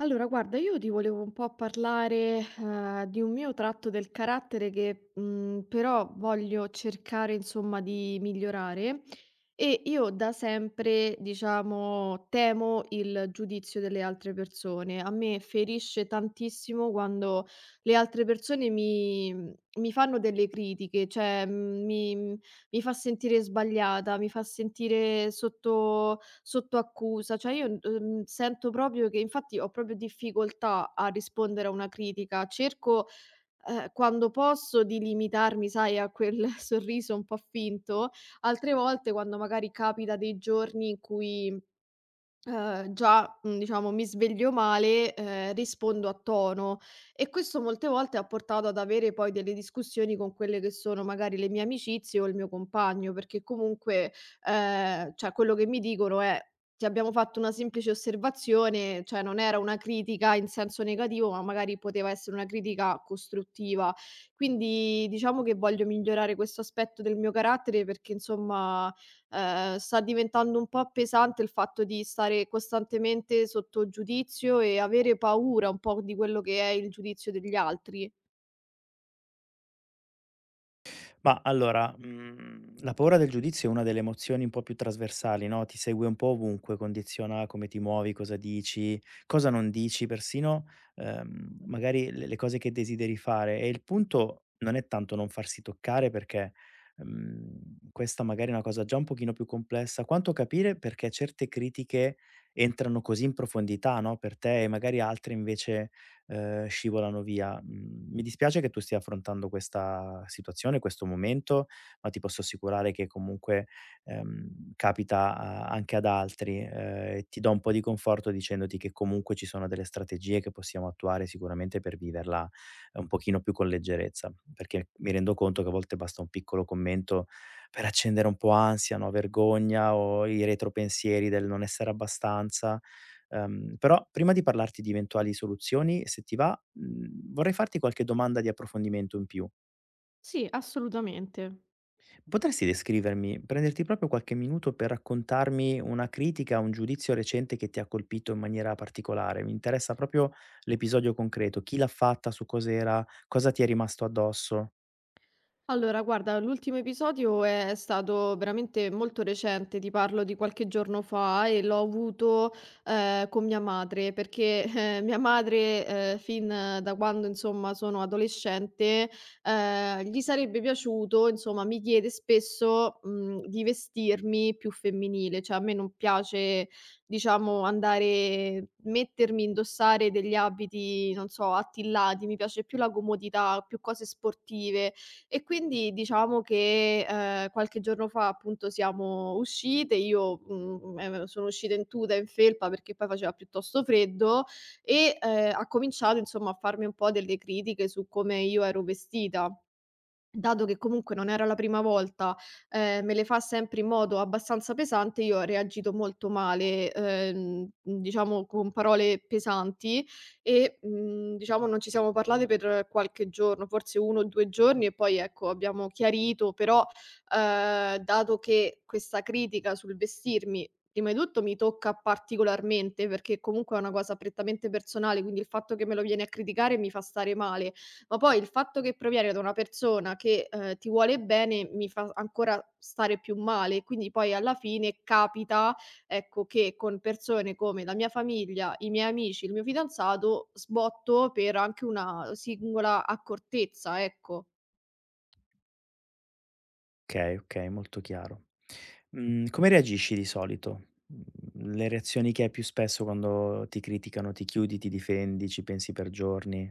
Allora, guarda, io ti volevo un po' parlare, di un mio tratto del carattere che, però voglio cercare, insomma, di migliorare. E io da sempre, diciamo, temo il giudizio delle altre persone. A me ferisce tantissimo quando le altre persone mi fanno delle critiche, cioè, mi fa sentire sbagliata, mi fa sentire sotto accusa, cioè io, sento proprio che infatti ho proprio difficoltà a rispondere a una critica. Cerco, quando posso di limitarmi, sai, a quel sorriso un po' finto, altre volte quando magari capita dei giorni in cui diciamo mi sveglio male, rispondo a tono e questo molte volte ha portato ad avere poi delle discussioni con quelle che sono magari le mie amicizie o il mio compagno, perché comunque, cioè quello che mi dicono è: "Ti abbiamo fatto una semplice osservazione", cioè non era una critica in senso negativo, ma magari poteva essere una critica costruttiva. Quindi diciamo che voglio migliorare questo aspetto del mio carattere perché insomma sta diventando un po' pesante il fatto di stare costantemente sotto giudizio e avere paura un po' di quello che è il giudizio degli altri. Ma allora, mhmm, la paura del giudizio è una delle emozioni un po' più trasversali, no, ti segue un po' ovunque, condiziona come ti muovi, cosa dici, cosa non dici, persino, magari le cose che desideri fare. E il punto non è tanto non farsi toccare perché, mhmm, questa magari è una cosa già un pochino più complessa, quanto capire perché certe critiche entrano così in profondità, no, per te e magari altre invece scivolano via. Mhmm, mi dispiace che tu stia affrontando questa situazione, questo momento, ma ti posso assicurare che comunque, capita a anche ad altri, e ti do un po' di conforto dicendoti che comunque ci sono delle strategie che possiamo attuare sicuramente per viverla un pochino più con leggerezza, perché mi rendo conto che a volte basta un piccolo commento per accendere un po' ansia, no, vergogna o i retropensieri del non essere abbastanza. Però prima di parlarti di eventuali soluzioni, se ti va, mhmm, vorrei farti qualche domanda di approfondimento in più. Sì, assolutamente. Potresti descrivermi prenderti proprio qualche minuto per raccontarmi una critica, un giudizio recente che ti ha colpito in maniera particolare? Mi interessa proprio l'episodio concreto, chi l'ha fatta, su cos'era, cosa ti è rimasto addosso. Allora, guarda, l'ultimo episodio è stato veramente molto recente, ti parlo di qualche giorno fa e l'ho avuto con mia madre, perché mia madre fin da quando insomma sono adolescente gli sarebbe piaciuto, insomma, mi chiede spesso di vestirmi più femminile, cioè a me non piace, diciamo, andare, mettermi, indossare degli abiti, non so, attillati, mi piace più la comodità, più cose sportive e quindi diciamo che, qualche giorno fa appunto siamo uscite, io, sono uscita in tuta, in felpa, perché poi faceva piuttosto freddo e, ha cominciato insomma a farmi un po' delle critiche su come io ero vestita. Dato che comunque non era la prima volta, me le fa sempre in modo abbastanza pesante, io ho reagito molto male, diciamo con parole pesanti e, diciamo non ci siamo parlate per qualche giorno, forse 1 o 2 giorni e poi ecco abbiamo chiarito, però, dato che questa critica sul vestirmi prima di tutto mi tocca particolarmente, perché comunque è una cosa prettamente personale, quindi il fatto che me lo vieni a criticare mi fa stare male ma poi il fatto che provieni da una persona che, ti vuole bene mi fa ancora stare più male. Quindi poi alla fine capita, ecco, che con persone come la mia famiglia, i miei amici, il mio fidanzato, sbotto per anche una singola accortezza, ecco. Okay, okay, molto chiaro. Mhmm, come reagisci di solito? Mhmm, le reazioni che hai più spesso quando ti criticano, ti chiudi, ti difendi, ci pensi per giorni?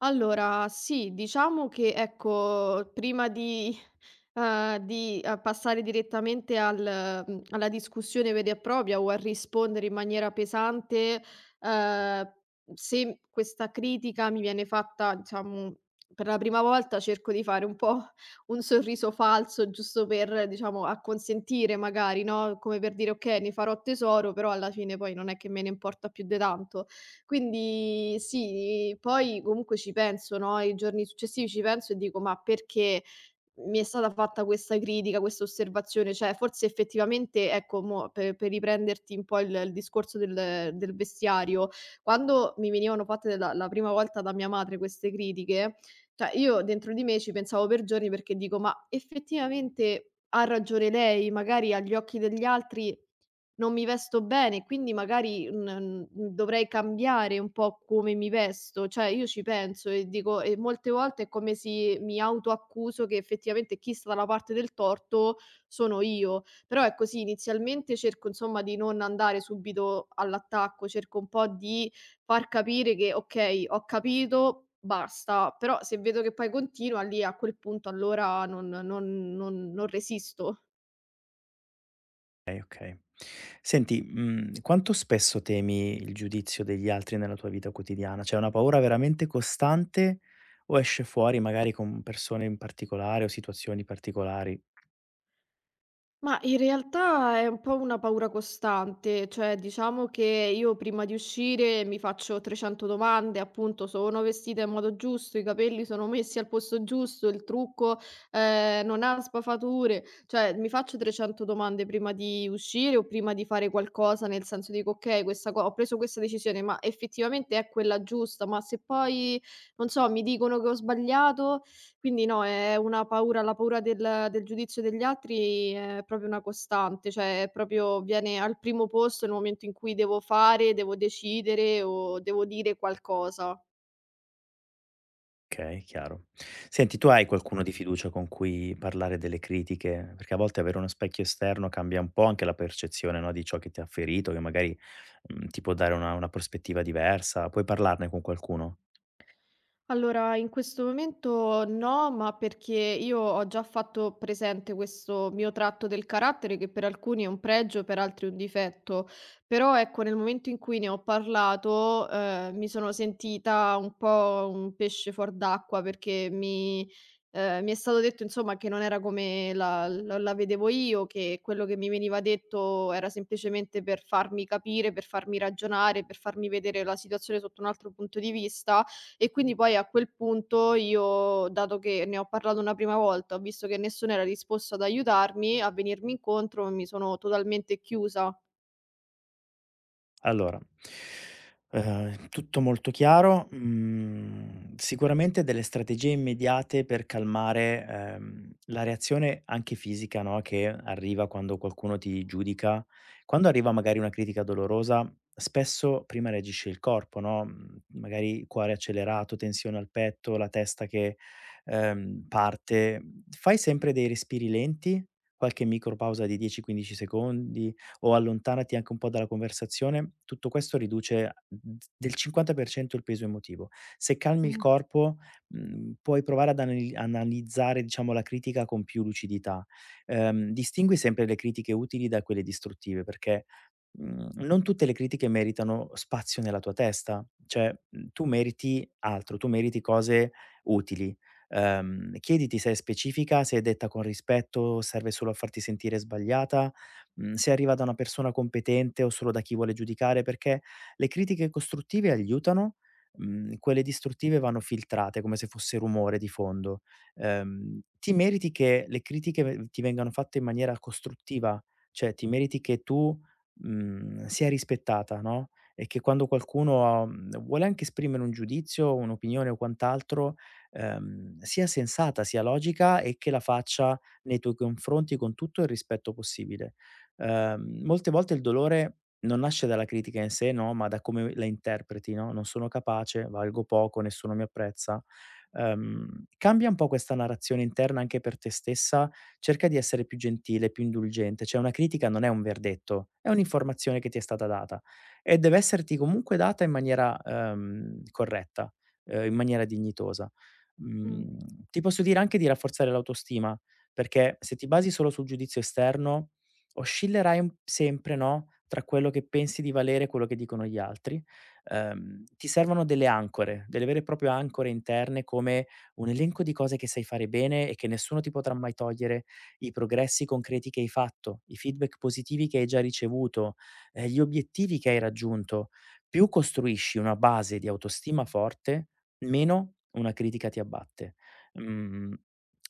Allora sì, diciamo che ecco, prima di passare direttamente alla discussione vera e propria o a rispondere in maniera pesante, uhm, se questa critica mi viene fatta, diciamo, per la prima volta cerco di fare un po' un sorriso falso, giusto per, diciamo, acconsentire magari, no, come per dire: "Okay, ne farò tesoro", però alla fine poi non è che me ne importa più di tanto. Quindi sì, poi comunque ci penso, no, i giorni successivi ci penso e dico: "Ma perché mi è stata fatta questa critica, questa osservazione?" Cioè forse effettivamente, ecco, mo per riprenderti un po' il discorso del vestiario, quando mi venivano fatte la prima volta da mia madre queste critiche, cioè io dentro di me ci pensavo per giorni perché dico: "Ma effettivamente ha ragione lei, magari agli occhi degli altri non mi vesto bene, quindi magari, n n dovrei cambiare un po' come mi vesto. Cioè, io ci penso e dico e molte volte è come se mi autoaccuso che effettivamente chi sta dalla parte del torto sono io. Però è così, inizialmente cerco insomma di non andare subito all'attacco, cerco un po' di far capire che: "Okay, ho capito, basta." Però se vedo che poi continua lì a quel punto allora non resisto. Okay, okay. Senti, mhmm, quanto spesso temi il giudizio degli altri nella tua vita quotidiana? Cioè, è una paura veramente costante o esce fuori magari con persone in particolare o situazioni particolari? Ma in realtà è un po' una paura costante, cioè diciamo che io prima di uscire mi faccio 300 domande, appunto sono vestita in modo giusto, i capelli sono messi al posto giusto, il trucco non ha sbavature, cioè mi faccio 300 domande prima di uscire o prima di fare qualcosa, nel senso dico ok, ho preso questa decisione, ma effettivamente è quella giusta, ma se poi, non so, mi dicono che ho sbagliato quindi no, è una paura la paura del giudizio degli altri è proprio una costante, cioè è proprio viene al primo posto nel momento in cui devo fare, devo decidere o devo dire qualcosa. Okay, chiaro. Senti, tu hai qualcuno di fiducia con cui parlare delle critiche? Perché a volte avere uno specchio esterno cambia un po' anche la percezione, no, di ciò che ti ha ferito, che magari, mhmm, ti può dare una prospettiva diversa. Puoi parlarne con qualcuno? Allora, in questo momento no, ma perché io ho già fatto presente questo mio tratto del carattere che per alcuni è un pregio, per altri un difetto. Però ecco, nel momento in cui ne ho parlato, mi sono sentita un po' un pesce fuor d'acqua perché mi è stato detto insomma che non era come la vedevo io, che quello che mi veniva detto era semplicemente per farmi capire, per farmi ragionare, per farmi vedere la situazione sotto un altro punto di vista e quindi poi a quel punto io, dato che ne ho parlato una prima volta, ho visto che nessuno era disposto ad aiutarmi, a venirmi incontro, mi sono totalmente chiusa. Allora, tutto molto chiaro, mhmm, sicuramente delle strategie immediate per calmare, la reazione anche fisica, no, che arriva quando qualcuno ti giudica. Quando arriva magari una critica dolorosa, spesso prima reagisce il corpo, no, mhmm, magari cuore accelerato, tensione al petto, la testa che, parte. Fai sempre dei respiri lenti, qualche micropausa di 10, 15 secondi o allontanati anche un po' dalla conversazione, tutto questo riduce a d del 50% il peso emotivo. Se calmi il Mh, corpo, mhmm, puoi provare ad analizzare, diciamo, la critica con più lucidità. Distingui sempre le critiche utili da quelle distruttive, perché, mhmm, non tutte le critiche meritano spazio nella tua testa, cioè, mhmm, tu meriti altro, tu meriti cose utili. Chiediti se è specifica, se è detta con rispetto, serve solo a farti sentire sbagliata, mhmm, se arriva da una persona competente o solo da chi vuole giudicare, perché le critiche costruttive aiutano, mhmm, quelle distruttive vanno filtrate come se fosse rumore di fondo. Ti meriti che le critiche ve ti vengano fatte in maniera costruttiva, cioè ti meriti che tu, mhmm, sia rispettata, no, e che quando qualcuno, mhmm, vuole anche esprimere un giudizio, un'opinione o quant'altro, sia sensata, sia logica e che la faccia nei tuoi confronti con tutto il rispetto possibile. Molte volte il dolore non nasce dalla critica in sé, no, ma da come la interpreti, no: "Non sono capace, valgo poco, nessuno mi apprezza". Cambia un po' questa narrazione interna anche per te stessa, cerca di essere più gentile, più indulgente, cioè una critica non è un verdetto, è un'informazione che ti è stata data e deve esserti comunque data in maniera, corretta, in maniera dignitosa. mh, Mhmm, ti posso dire anche di rafforzare l'autostima, perché se ti basi solo sul giudizio esterno oscillerai un sempre, no, tra quello che pensi di valere e quello che dicono gli altri. Ti servono delle ancore, delle vere e proprie ancore interne come un elenco di cose che sai fare bene e che nessuno ti potrà mai togliere, i progressi concreti che hai fatto, i feedback positivi che hai già ricevuto, gli obiettivi che hai raggiunto. Più costruisci una base di autostima forte, meno una critica ti abbatte. Mhmm,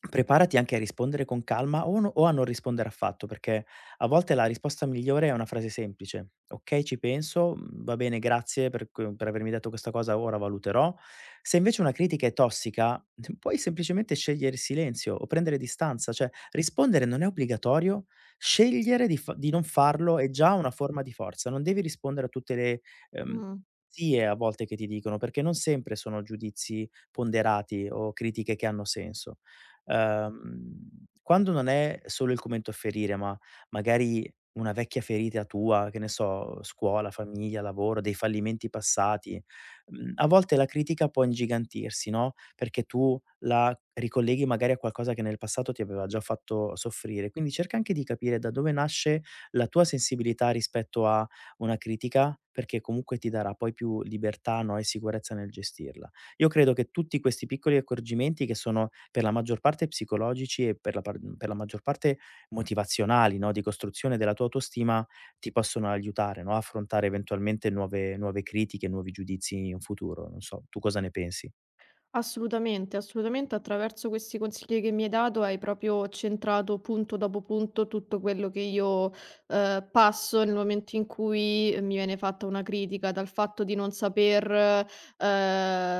preparati anche a rispondere con calma o no o a non rispondere affatto, perché a volte la risposta migliore è una frase semplice: "Okay, ci penso", mhmm, "Va bene, grazie per q per avermi detto questa cosa, ora valuterò". Se invece una critica è tossica, puoi semplicemente scegliere il silenzio o prendere distanza, cioè rispondere non è obbligatorio, scegliere di fa di non farlo è già una forma di forza, non devi rispondere a tutte le, ehm, mh. zie a volte che ti dicono, perché non sempre sono giudizi ponderati o critiche che hanno senso. Quando non è solo il commento a ferire, ma magari una vecchia ferita tua, che ne so, scuola, famiglia, lavoro, dei fallimenti passati. Mhmm, a volte la critica può ingigantirsi, no, perché tu la ricolleghi magari a qualcosa che nel passato ti aveva già fatto soffrire. Quindi cerca anche di capire da dove nasce la tua sensibilità rispetto a una critica, perché comunque ti darà poi più libertà, no, e sicurezza nel gestirla. Io credo che tutti questi piccoli accorgimenti, che sono per la maggior parte psicologici e per la par per la maggior parte motivazionali, no, di costruzione della tua autostima, ti possono aiutare, no, a affrontare eventualmente nuove critiche, nuovi giudizi in futuro, non so, tu cosa ne pensi? Assolutamente, assolutamente. Attraverso questi consigli che mi hai dato hai proprio centrato punto dopo punto tutto quello che io passo nel momento in cui mi viene fatta una critica, dal fatto di non saper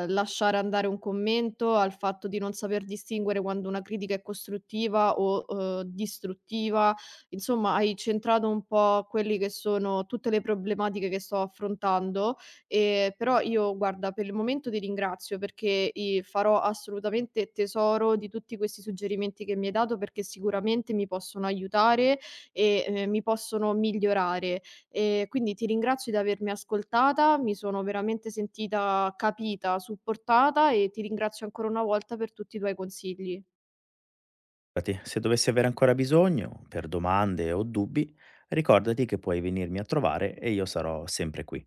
lasciare andare un commento, al fatto di non saper distinguere quando una critica è costruttiva o distruttiva. Insomma, hai centrato un po' quelli che sono tutte le problematiche che sto affrontando però io guarda, per il momento ti ringrazio perché i farò assolutamente tesoro di tutti questi suggerimenti che mi hai dato, perché sicuramente mi possono aiutare e, mi possono migliorare. Quindi ti ringrazio di avermi ascoltata, mi sono veramente sentita capita, supportata e ti ringrazio ancora una volta per tutti i tuoi consigli. Infatti, se dovessi avere ancora bisogno, per domande o dubbi, ricordati che puoi venirmi a trovare e io sarò sempre qui.